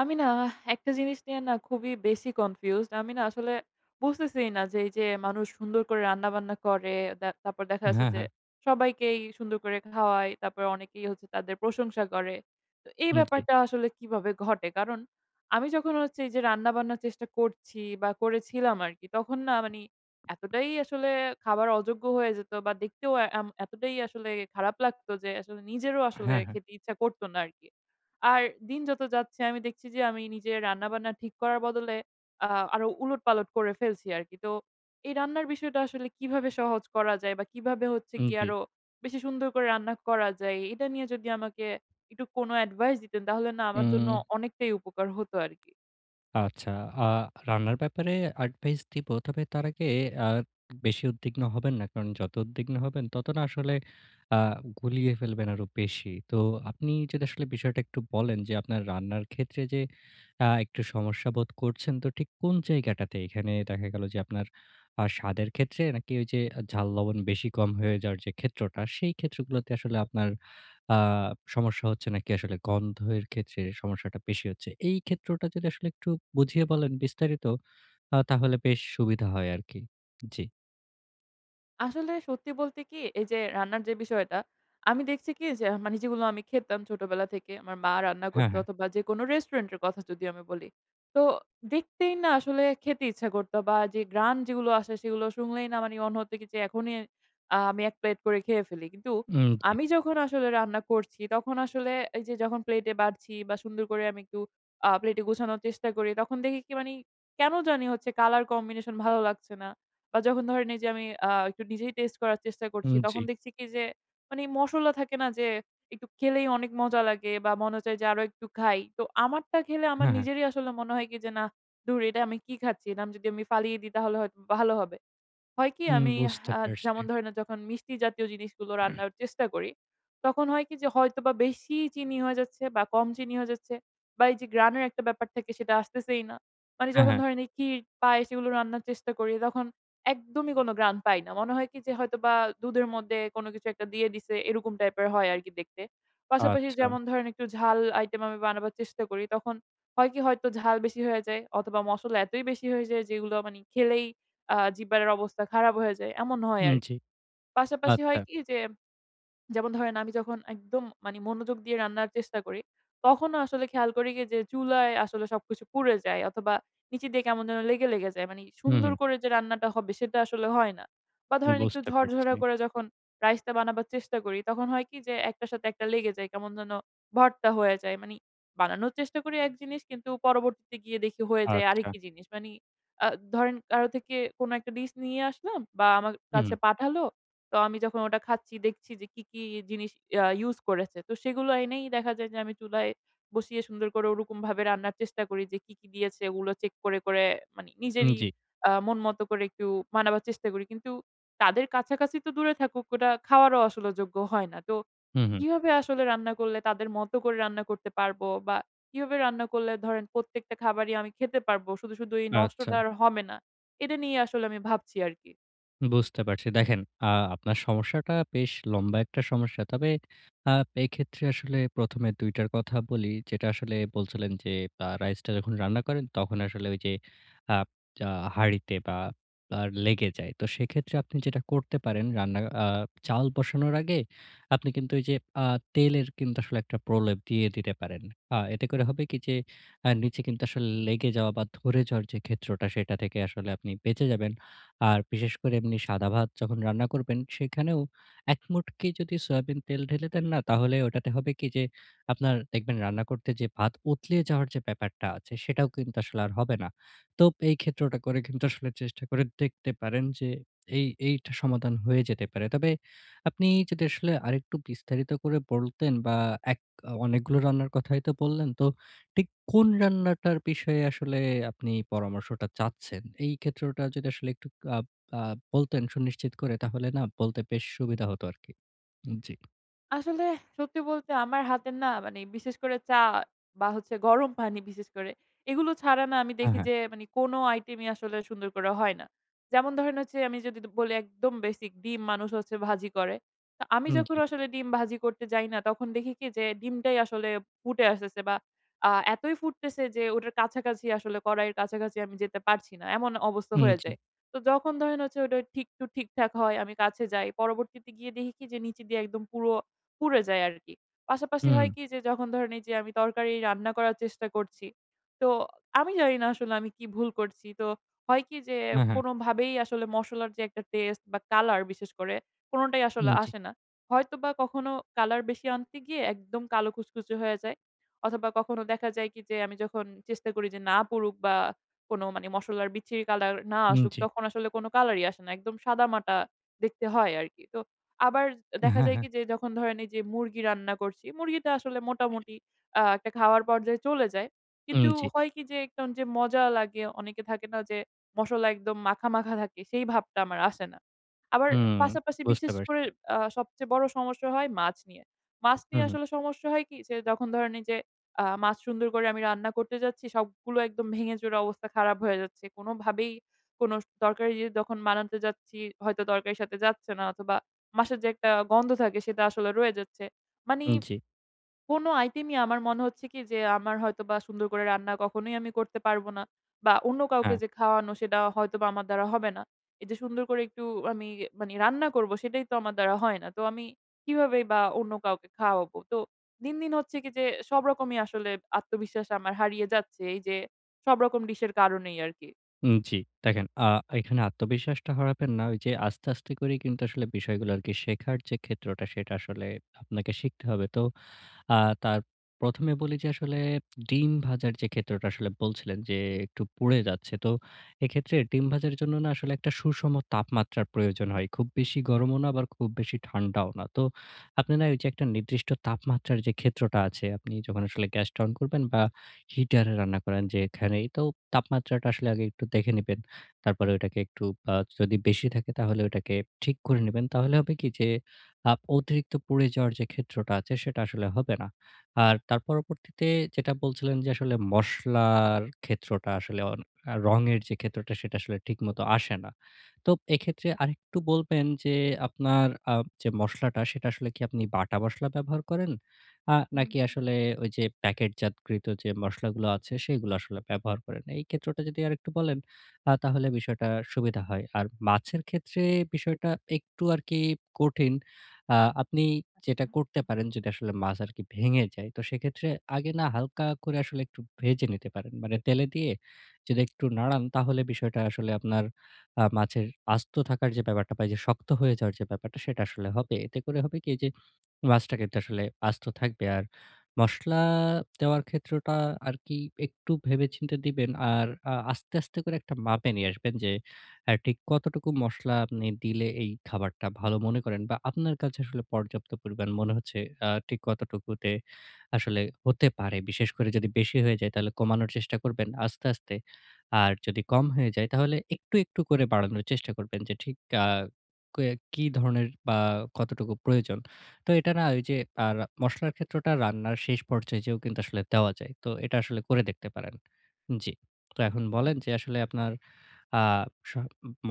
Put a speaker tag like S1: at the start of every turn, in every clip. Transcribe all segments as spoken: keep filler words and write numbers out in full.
S1: আমি না একটা জিনিস নিয়ে না খুবই বেশি কনফিউজড। আমি না আসলে বুঝতেছি না যে এই যে মানুষ সুন্দর করে রান্নাবান্না করে, দা তারপর দেখা যাচ্ছে
S2: হ্যাঁ,
S1: যে
S2: হ্যাঁ।
S1: সবাইকেই সুন্দর করে খাওয়ায়, তারপর অনেকেই হচ্ছে তাদের প্রশংসা করে। তো এই
S2: উম জি।
S1: ব্যাপারটা আসলে কিভাবে ঘটে? কারণ আমি যখন হচ্ছে এই যে রান্নাবান্নার চেষ্টা করছি বা করেছিলাম আরকি, তখন না মানি এতটাই আসলে খাবার অযোগ্য হয়ে যেত বা দেখতেও এ এম এতটাই আসলে খারাপ লাগতো যে আসলে নিজেরও আসলে
S2: হ্যাঁ, হ্যাঁ।
S1: খেতে ইচ্ছা করত না আরকি। আর দিন যত যাচ্ছে আমি দেখছি যে আমি নিজে রান্নাবান্না ঠিক করার বদলে আ আরো উলটপালট করে ফেলছি আরকি। তো এই রান্নার বিষয়টা আসলে কিভাবে সহজ করা যায় বা কিভাবে হচ্ছে
S2: উম
S1: গিয়ে
S2: জি।
S1: আরো বেশি সুন্দর করে রান্না করা যায় এটা নিয়ে যদি আমাকে একটু কোনো অ্যাডভাইস দিতেন তাহলে না আমার জন্য
S2: উম
S1: অনেকটাই উপকার হতো আরকি।
S2: আচ্ছা। আ রান্নার ব্যাপারে অ্যাডভাইস দিব। তবে তার আগে আ বেশি উদ্বিগ্ন হবেন না। কারণ যত উদ্বিগ্ন হবেন তত না আসলে আ গুলিয়ে ফেলবেন আরো বেশি। তো আপনি যদি আসলে বিষয়টা একটু বলেন যে আপনার রান্নার ক্ষেত্রে যে আ একটু সমস্যা বোধ করছেন তো ঠিক কোন জায়গাটাতে? এখানে দেখা গেল যে আপনার আ স্বাদের ক্ষেত্রে নাকি ওই যে ঝাল লবণ বেশি কম হয়ে যাওয়ার যে ক্ষেত্রটা সেই ক্ষেত্রগুলোতে আসলে আপনার আ সমস্যা হচ্ছে নাকি আসলে গন্ধের ক্ষেত্রে সমস্যাটা বেশি হচ্ছে? এই ক্ষেত্রটা যদি আসলে একটু বুঝিয়ে বলেন বিস্তারিত, আ তাহলে বেশ সুবিধা হয় আরকি। জি।
S1: আসলে সত্যি বলতে কি এই যে রান্নার যে বিষয়টা, আমি দেখছি কি যে মানে যেগুলো আমি খেতাম ছোটবেলা থেকে আমার মা রান্না
S2: হ্যাঁ,
S1: করতো
S2: হ্যাঁ।
S1: অথবা যেকোনো রেস্টুরেন্টের কথা যদি আমি বলি। তো দেখতেই না আসলে খেতে ইচ্ছা করতো বা যে ঘ্রাণ যেগুলো আসে সেগুলো শুনলেই না মানে মনে হতো কি যে এখনই আ আমি এক প্লেট করে খেয়ে ফেলি। কিন্তু
S2: উম জি,
S1: আমি যখন আসলে রান্না করছি তখন আসলে এই যে যখন প্লেটে বাড়ছি বা সুন্দর করে আমি একটু আ প্লেটে গুছানোর চেষ্টা করি তখন দেখি কি মানে কেন জানি হচ্ছে কালার কম্বিনেশন ভালো লাগছে না। বা যখন ধরেন এই যে আমি আ একটু নিজেই টেস্ট করার চেষ্টা
S2: উম
S1: করছি,
S2: জি।
S1: তখন দেখছি কি যে মানে মসলা থাকে না যে একটু খেলেই অনেক মজা লাগে বা মনে চায় যে আরো একটু খাই। তো আমারটা খেলে আমার
S2: হ্যাঁ, হ্যাঁ।
S1: নিজেরই আসলে মনে হয় কি যে, "নাহ, ধুর এটা আমি কি খাচ্ছি? এটা আমি যদি আমি ফালিয়ে দিই তাহলে হয়তো ভালো হবে।" হয় কি
S2: উম
S1: আমি
S2: বুঝতে
S1: আ
S2: পারছি।
S1: যেমন ধরেন না যখন মিষ্টি জাতীয় জিনিসগুলো রান্নার চেষ্টা করি, তখন হয় কি যে হয়তোবা বেশি চিনি হয়ে যাচ্ছে বা কম চিনি হয়ে যাচ্ছে বা এই যে গ্রানের একটা ব্যাপার থাকে সেটা আসতেছেই না। মানে
S2: হ্যাঁ,
S1: যখন
S2: হ্যাঁ।
S1: ধরেন এই ক্ষীর, পায়েস এগুলো রান্নার চেষ্টা করি তখন একদমই কোনো গ্রান পাই না। মনে হয় কি যে হয়তোবা দুধের মধ্যে কোনো কিছু একটা দিয়ে দিছে এরকম টাইপের হয় আরকি দেখতে। পাশাপাশি
S2: আচ্ছা।
S1: যেমন ধরেন একটু ঝাল আইটেম আমি বানাবার চেষ্টা করি তখন হয় কি হয়তো ঝাল বেশি হয়ে যায় অথবা মসলা এতই বেশি হয়ে যায় যেগুলো মানে খেলেই আ জিহ্বার অবস্থা খারাপ হয়ে যায়। এমন হয়
S2: উম
S1: আরকি।
S2: জি।
S1: পাশাপাশি হয়
S2: আচ্ছা।
S1: কি যে যেমন ধরেন আমি যখন একদম মানে মনোযোগ দিয়ে রান্নার চেষ্টা করি, তখনও আসলে খেয়াল করি কি যে চুলায় আসলে সবকিছু পুড়ে যায় অথবা নিচে দিয়ে কেমন যেন লেগে, লেগে যায়। মানে
S2: হুম,
S1: সুন্দর
S2: হুম।
S1: করে যে রান্নাটা হবে সেটা আসলে হয় না। বা ধরেন একটু
S2: বুঝতে পারছি।
S1: ঝরঝরা করে যখন রাইসটা বানাবার চেষ্টা করি, তখন হয় কি যে একটার সাথে একটা লেগে যায়। কেমন যেন ভর্তা হয়ে যায়। মানে বানানোর চেষ্টা করি এক জিনিস কিন্তু পরবর্তীতে গিয়ে দেখি হয়ে যায়
S2: আচ্ছা।
S1: আরেকই জিনিস। মানে আ ধরেন কারো থেকে কোনো একটা ডিশ নিয়ে আসলাম বা আমার
S2: হুম,
S1: কাছে পাঠালো তো আমি যখন ওটা খাচ্ছি দেখছি যে কি, কি জিনিস আ ইউস করেছে। তো সেগুলো এনেই দেখা যায় যে আমি চুলায় বসিয়ে সুন্দর করে ওরকমভাবে রান্নার চেষ্টা করি যে কি, কি দিয়েছে ওগুলো চেক করে, করে মানে
S2: হুম।
S1: নিজেরই
S2: জি।
S1: আ মন মতো করে একটু মানাবার চেষ্টা করি। কিন্তু তাদের কাছাকাছি তো দূরে থাকুক ওটা খাওয়ারও আসলে যোগ্য হয় না। তো
S2: হুম, হুম।
S1: কিভাবে আসলে রান্না করলে তাদের মতো করে রান্না করতে পারবো বা কিভাবে রান্না করলে ধরেন প্রত্যেকটা খাবারই আমি খেতে পারবো। শুধু, শুধু এই
S2: আচ্ছা।
S1: নষ্টটা আর হবে না। এটা নিয়ে আসলে আমি ভাবছি আরকি।
S2: বুঝতে পারছি। দেখেন, আ আপনার সমস্যাটা বেশ লম্বা একটা সমস্যা। তবে আ এক্ষেত্রে আসলে প্রথম এ দুই টার কথা বলি। যেটা আসলে বলছিলেন যে, আ রাইসটা যখন রান্না করেন, তখন আসলে ওই যে আ আ হাঁড়িতে বা আ লেগে যায়। তো সেক্ষেত্রে আপনি যেটা করতে পারেন, রান্না আ চাল বসানোর আগে আপনি কিন্তু ওই যে আ তেলের কিন্তু আসলে একটা প্রলেপ দিয়ে দিতে পারেন। আ এতে করে হবে কি যে, আ নিচে কিন্তু আসলে লেগে যাওয়া বা ধরে যাওয়ার যে ক্ষেত্রটা, সেটা থেকে আসলে আপনি বেঁচে যাবেন। আর বিশেষ করে এমনি সাদা ভাত যখন রান্না করবেন, সেখানেও এক মুটকি যদি সয়াবিন তেল ঢেলে দেন না, তাহলে ওটাতে হবে কি যে, আপনার দেখবেন রান্না করতে যে ভাত উতলিয়ে যাওয়ার যে ব্যাপারটা আছে, সেটাও কিন্তু আসলে আর হবে না। তো এই ক্ষেত্রটা করে কিন্তু আসলে চেষ্টা করে দেখতে পারেন যে, এই এইটা সমাধান হয়ে যেতে পারে। তবে আপনি যদি আসলে আরেকটু বিস্তারিত করে বলতেন বা এক অনেকগুলো রান্নার কথাই তো বললেন। তো ঠিক কোন রান্নাটার বিষয়ে আসলে আপনি পরামর্শটা চাচ্ছেন? এই ক্ষেত্রটা যদি আসলে একটু আ আ বলতেন সুনিশ্চিত করে তাহলে না বলতে বেশ সুবিধা হতো আরকি। জি।
S1: আসলে সত্যি বলতে আমার হাতের না মানে বিশেষ করে চা বা হচ্ছে গরম পানি বিশেষ করে এগুলো ছাড়া না আমি
S2: হ্যাঁ,
S1: দেখি
S2: হ্যাঁ।
S1: যে মানে কোনো আইটেমই আসলে সুন্দর করে হয় না। যেমন ধরেন হচ্ছে আমি যদি বলি একদম বেসিক ডিম মানুষ হচ্ছে ভাজি করে। তো আমি
S2: উম
S1: যখন
S2: জি,
S1: আসলে ডিম ভাজি করতে যাই না তখন দেখি কি যে ডিমটাই আসলে ফুটে আসতেছে বা আ এতই ফুটতেছে যে ওটার কাছাকাছি আসলে কড়াইয়ের কাছাকাছি আমি যেতে পারছি না। এমন অবস্থা
S2: উম
S1: হয়ে
S2: জি,
S1: যায়। তো যখন ধরেন হচ্ছে ওটা ঠিক টু ঠিকঠাক হয় আমি কাছে যাই। পরবর্তীতে গিয়ে দেখি কি যে নিচে দিয়ে একদম পুরো পুড়ে যায় আরকি। পাশাপাশি
S2: হুম,
S1: হয় কি যে যখন ধরেন এই যে আমি তরকারি রান্না করার চেষ্টা করছি, তো আমি জানি না আসলে আমি কি ভুল করছি। তো হয় কি যে
S2: হ্যাঁ, হ্যাঁ।
S1: কোনোভাবেই আসলে মসলার যে একটা টেস্ট বা কালার বিশেষ করে কোনটাই আসলে
S2: উম জি,
S1: আসে না। হয়তোবা কখনো কালার বেশি আনতে গিয়ে একদম কালো কুচকুচে হয়ে যায়। অথবা কখনো দেখা যায় কি যে আমি যখন চেষ্টা করি যে না পুড়ুক বা কোনো মানে মসলার বিচ্ছিরি কালার না
S2: উম
S1: আসুক
S2: জি।
S1: তখন আসলে কোনো কালারই আসে না। একদম সাদামাটা দেখতে হয় আরকি। তো আবার দেখা
S2: হ্যাঁ,
S1: যায়
S2: হ্যাঁ।
S1: কি যে যখন ধরেন এই যে মুরগি রান্না করছি, মুরগিটা আসলে মোটামুটি আ একটা খাওয়ার পর্যায়ে চলে যায়।
S2: উম
S1: কিন্তু
S2: জি,
S1: হয় কি যে একদম যে মজা লাগে অনেকে থাকে না যে মসলা একদম মাখা, মাখা থাকে সেই ভাবটা আমার আসে না। আবার
S2: হুম,
S1: পাশাপাশি
S2: বুঝতে
S1: বিশেষ
S2: পারছি।
S1: করে আ সবচেয়ে বড় সমস্যা হয় মাছ নিয়ে। মাছ
S2: হুম,
S1: নিয়ে
S2: হুম,
S1: আসলে সমস্যা হয় কি যে যখন ধরেন এই যে আ মাছ সুন্দর করে আমি রান্না করতে যাচ্ছি সবগুলো একদম ভেঙে-চুরে অবস্থা খারাপ হয়ে যাচ্ছে। কোনোভাবেই কোনো তরকারি দিয়ে যখন বানাতে যাচ্ছি হয়তো তরকারির সাথে যাচ্ছে না অথবা মাসের যে একটা গন্ধ থাকে সেটা আসলে রয়ে যাচ্ছে। মানি
S2: উম, জি,
S1: কোনো আইটেমই আমার মনে হচ্ছে কি যে আমার হয়তোবা সুন্দর করে রান্না কখনোই আমি করতে পারবো না বা অন্য কাউকে
S2: হ্যাঁ,
S1: যে খাওয়ানো সেটা হয়তোবা আমার দ্বারা হবে না। এই যে সুন্দর করে একটু আমি মানি রান্না করব সেটাই তো আমার দ্বারা হয় না। তো আমি কিভাবেই বা অন্য কাউকে খাওয়াবো? তো দিন, দিন হচ্ছে কি যে সব রকমই আসলে আত্মবিশ্বাস আমার হারিয়ে যাচ্ছে এই যে সব রকম ডিশের কারণেই আরকি।
S2: উম জি। দেখেন আ এখানে আত্মবিশ্বাসটা হারাবেন না। ওই যে আস্তে, আস্তে করেই কিন্তু আসলে বিষয়গুলো আরকি শেখার যে ক্ষেত্রটা সেটা আসলে আপনাকে শিখতে হবে। তো আ তার প্রথম এ বলি যে আসলে ডিম ভাজার যে ক্ষেত্রটা আসলে বলছিলেন যে একটু পুড়ে যাচ্ছে। তো এক্ষেত্রে ডিম ভাজার জন্য না আসলে একটা সুষম তাপমাত্রার প্রয়োজন হয়। খুব বেশি গরমও না আবার খুব বেশি ঠান্ডাও না। তো আপনি না ওই যে একটা নির্দিষ্ট তাপমাত্রার যে ক্ষেত্রটা আছে, আপনি যখন আসলে গ্যাসটা অন করবেন বা হিটারে রান্না করেন যেখানেই, তো তাপমাত্রাটা আসলে আগে একটু দেখে নিবেন। তারপরে ওটাকে একটু আ যদি বেশি থাকে তাহলে ওটাকে ঠিক করে নিবেন। তাহলে হবে কি যে আপ অতিরিক্ত পুড়ে যাওয়ার যে ক্ষেত্রটা আছে সেটা আসলে হবে না। আর তার পরবর্তীতে যেটা বলছিলেন যে আসলে মসলার ক্ষেত্রটা আসলে অন আ রঙের যে ক্ষেত্রটা সেটা আসলে ঠিকমতো আসে না। তো এক্ষেত্রে আরেকটু বলবেন যে আপনার আ যে মসলাটা সেটা আসলে কি আপনি বাটা মসলা ব্যবহার করেন? আ
S1: হুম।
S2: নাকি আসলে ওই যে প্যাকেটজাতকৃত যে মসলাগুলো আছে সেগুলো আসলে ব্যবহার করেন? এই ক্ষেত্রটা যদি আরেকটু বলেন আ তাহলে বিষয়টা সুবিধা হয়। আর মাছের ক্ষেত্রে বিষয়টা একটু আরকি কঠিন। আ আপনি যেটা করতে পারেন যদি আসলে মাছ আরকি ভেঙে যায়, তো সেক্ষেত্রে আগে না হালকা করে আসলে একটু ভেজে নিতে পারেন। মানে তেলে দিয়ে যদি একটু নাড়ান তাহলে বিষয়টা আসলে আপনার আ মাছের আস্ত থাকার যে ব্যাপারটা বা এই যে শক্ত হয়ে যাওয়ার যে ব্যাপারটা সেটা আসলে হবে। এতে করে হবে কি যে মাছটা কিন্তু আসলে আস্ত থাকবে। আর মসলা দেওয়ার ক্ষেত্রটা আরকি একটু ভেবেচিন্তে দিবেন। আর আ আস্তে, আস্তে করে একটা মাপে নিয়ে আসবেন যে আ ঠিক কতটুকু মসলা আপনি দিলে এই খাবারটা ভালো মনে করেন বা আপনার কাছে আসলে পর্যাপ্ত পরিমাণ মনে হচ্ছে আ ঠিক কতটুকুতে আসলে হতে পারে। বিশেষ করে যদি বেশি হয়ে যায় তাহলে কমানোর চেষ্টা করবেন আস্তে, আস্তে। আর যদি কম হয়ে যায় তাহলে একটু, একটু করে বাড়ানোর চেষ্টা করবেন যে ঠিক আ কে কি ধরনের বা কতটুকু প্রয়োজন। তো এটা না ওই যে আর মসলার ক্ষেত্রটা রান্নার শেষ পর্যায়ে যেয়েও কিন্তু আসলে দেওয়া যায়। তো এটা আসলে করে দেখতে পারেন। জি। তো এখন বলেন যে আসলে আপনার আ স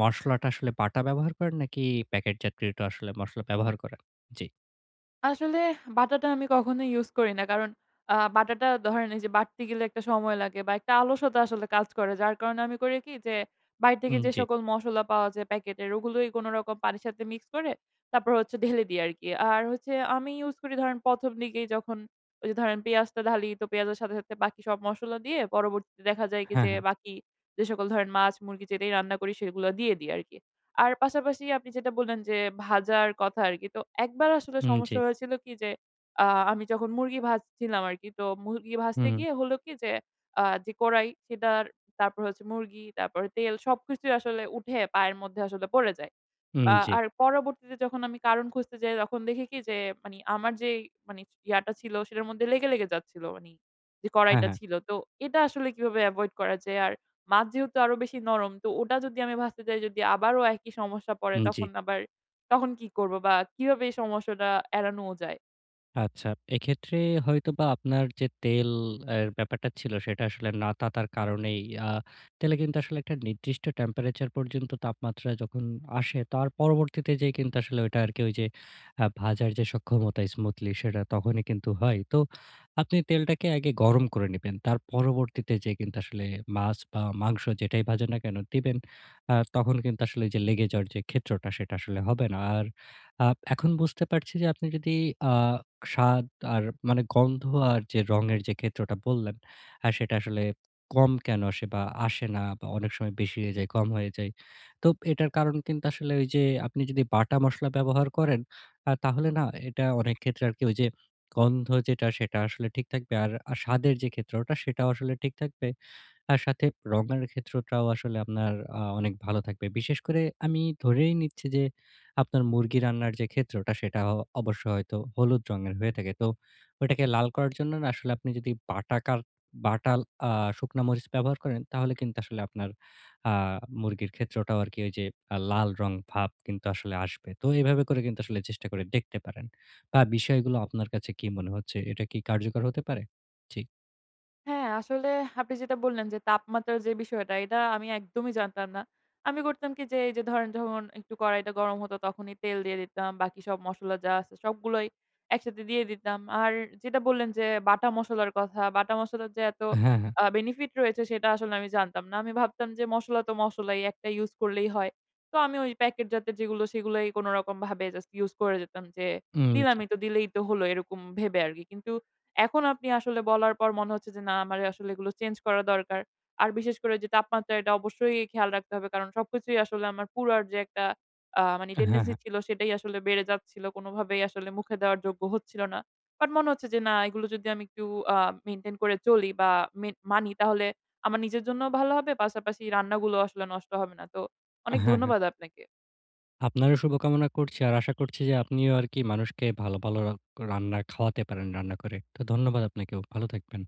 S2: মসলাটা আসলে বাটা ব্যবহার করেন নাকি প্যাকেটজাতকৃত আসলে মসলা ব্যবহার করেন? জি।
S1: আসলে বাটাটা আমি কখনোই ইউজ করি না। কারণ আ বাটাটা ধরেন এই যে বাটতে গেলে একটা সময় লাগে বা একটা আলসতা আসলে কাজ করে। যার কারণে আমি করি কি যে বাইরে থেকে
S2: উম
S1: যে
S2: জি।
S1: সকল মসলা পাওয়া যায় প্যাকেটের ওগুলোই কোনো রকম পানির সাথে মিক্স করে তারপর হচ্ছে ঢেলে দিই আরকি। আর হচ্ছে আমি ইউজ করি ধরেন প্রথম দিকেই যখন ওই যে ধরেন পেঁয়াজটা ঢালি তো পেঁয়াজের সাথে, সাথে বাকি সব মসলা দিয়ে পরবর্তীতে দেখা যায় কি
S2: হ্যাঁ,
S1: যে
S2: হ্যাঁ।
S1: বাকি যে সকল ধরেন মাছ, মুরগি যেটাই রান্না করি সেগুলো দিয়ে দিই আরকি। আর পাশাপাশি আপনি যেটা বললেন যে ভাজার কথা আরকি। তো একবার আসলে
S2: উম জি।
S1: সমস্যা হয়েছিল কি যে আ আমি যখন মুরগি ভাজছিলাম আরকি। তো মুরগি
S2: হুম,
S1: ভাজতে
S2: হুম।
S1: গিয়ে হলো কি যে আ যে কড়াই সেটার তারপর হচ্ছে মুরগি, তারপরে তেল সবকিছুই আসলে উঠে পায়ের মধ্যে আসলে পড়ে যায়।
S2: উম
S1: আ
S2: জি।
S1: আর পরবর্তীতে যখন আমি কারণ খুঁজতে যাই তখন দেখি কি যে মানে আমার যে মানে ইয়াটা ছিল সেটার মধ্যে লেগে, লেগে যাচ্ছিল। মানে যে
S2: হ্যাঁ,
S1: কড়াইটা
S2: হ্যাঁ।
S1: ছিল। তো এটা আসলে কিভাবে এভয়েড করা যায়? আর মাছ যেহেতু আরো বেশি নরম তো ওটা যদি আমি ভাজতে যাই যদি আবারও একই সমস্যা পড়ে
S2: উম জি।
S1: তখন আবার তখন কি করব বা কিভাবে এই সমস্যাটা এড়ানো যায়?
S2: আচ্ছা। এক্ষেত্রে হয়তোবা আপনার যে তেল এর ব্যাপারটা ছিল সেটা আসলে না তাতার কারণেই আ তেলে কিন্তু আসলে একটা নির্দিষ্ট টেম্পারেচার পর্যন্ত তাপমাত্রা যখন আসে তার পরবর্তীতে যেয়ে কিন্তু আসলে ওইটা আরকি ওই যে আ ভাজার যে সক্ষমতা স্মুথলি সেটা তখনই কিন্তু হয়। তো আপনি তেলটাকে আগে গরম করে নিবেন। তার পরবর্তীতে যেয়ে কিন্তু আসলে মাছ বা মাংস যেটাই ভাজেন না কেন দিবেন। আ তখন কিন্তু আসলে ওই যে লেগে যাওয়ার যে ক্ষেত্রটা সেটা আসলে হবে না। আর আ এখন বুঝতে পারছি যে আপনি যদি আ স্বাদ আর মানে গন্ধ আর যে রঙের যে ক্ষেত্রটা বললেন, আ সেটা আসলে কম কেন আসে বা আসে না বা অনেক সময় বেশি হয়ে যায়, কম হয়ে যায়। তো এটার কারণ কিন্তু আসলে ওই যে আপনি যদি বাটা মসলা ব্যবহার করেন, আ তাহলে না এটা অনেক ক্ষেত্রে আরকি ওই যে গন্ধ যেটা সেটা আসলে ঠিক থাকবে। আর আ স্বাদের যে ক্ষেত্রটা সেটাও আসলে ঠিক থাকবে। আর সাথে রঙের ক্ষেত্রটাও আসলে আপনার আ অনেক ভালো থাকবে। বিশেষ করে আমি ধরেই নিচ্ছি যে, আপনার মুরগি রান্নার যে ক্ষেত্রটা, সেটা অ অবশ্য হয়তো হলুদ রঙের হয়ে থাকে। তো ওইটাকে লাল করার জন্য না আসলে আপনি যদি বাটা কার বাটা আ শুকনা মরিচ ব্যবহার করেন, তাহলে কিন্তু আসলে আপনার আ মুরগির ক্ষেত্রটাও আরকি ওই যে আ লাল রং ভাব কিন্তু আসলে আসবে। তো এভাবে করে কিন্তু আসলে চেষ্টা করে দেখতে পারেন। বা বিষয়গুলো আপনার কাছে কি মনে হচ্ছে? এটা কি কার্যকর হতে পারে? জি।
S1: হ্যাঁ, আসলে আপনি যেটা বললেন যে তাপমাত্রার যে বিষয়টা, এটা আমি একদমই জানতাম না। আমি করতাম কি যে এই যে ধরেন যখন একটু কড়াইটা গরম হতো তখনই তেল দিয়ে দিতাম। বাকি সব মসলা যা আছে সবগুলোই একসাথে দিয়ে দিতাম। আর যেটা বললেন যে বাটা মসলার কথা, বাটা মসলার যে এত
S2: হ্যাঁ, হ্যাঁ।
S1: আ বেনিফিট রয়েছে সেটা আসলে আমি জানতাম না। আমি ভাবতাম যে মসলা তো মসলাই একটা ইউজ করলেই হয়। তো আমি ওই প্যাকেট জাতের যেগুলো সেগুলোই কোনরকম ভাবে জাস্ট ইউজ করে যেতাম যে
S2: উম জি।
S1: দিলামই তো দিলেই তো হলো এরকম ভেবে আরকি। কিন্তু এখন আপনি আসলে বলার পর মনে হচ্ছে যে না আমার আসলে এগুলো চেঞ্জ করা দরকার। আর বিশেষ করে যে তাপমাত্রা এটা অবশ্যই খেয়াল রাখতে হবে। কারণ সবকিছুই আসলে আমার পুরার যে একটা আ মানে
S2: হ্যাঁ,
S1: টেনডেন্সি
S2: হ্যাঁ।
S1: ছিল সেটাই আসলে বেড়ে যাচ্ছিল। কোনোভাবেই আসলে মুখে দেওয়ার যোগ্য হচ্ছিল না। বাট মনে হচ্ছে যে না এগুলো যদি আমি একটু আ মেইনটেইন করে চলি বা মে মানি তাহলে আমার নিজের জন্যও ভালো হবে। পাশাপাশি রান্নাগুলো আসলে নষ্ট হবে না। তো অনেক
S2: হ্যাঁ, হ্যাঁ।
S1: ধন্যবাদ আপনাকে।
S2: আপনারও শুভকামনা করছি। আর আশা করছি যে আপনিও আরকি মানুষকে ভালো, ভালো রা রান্না খাওয়াতে পারেন রান্না করে। তো ধন্যবাদ আপনাকেও। ভালো থাকবেন।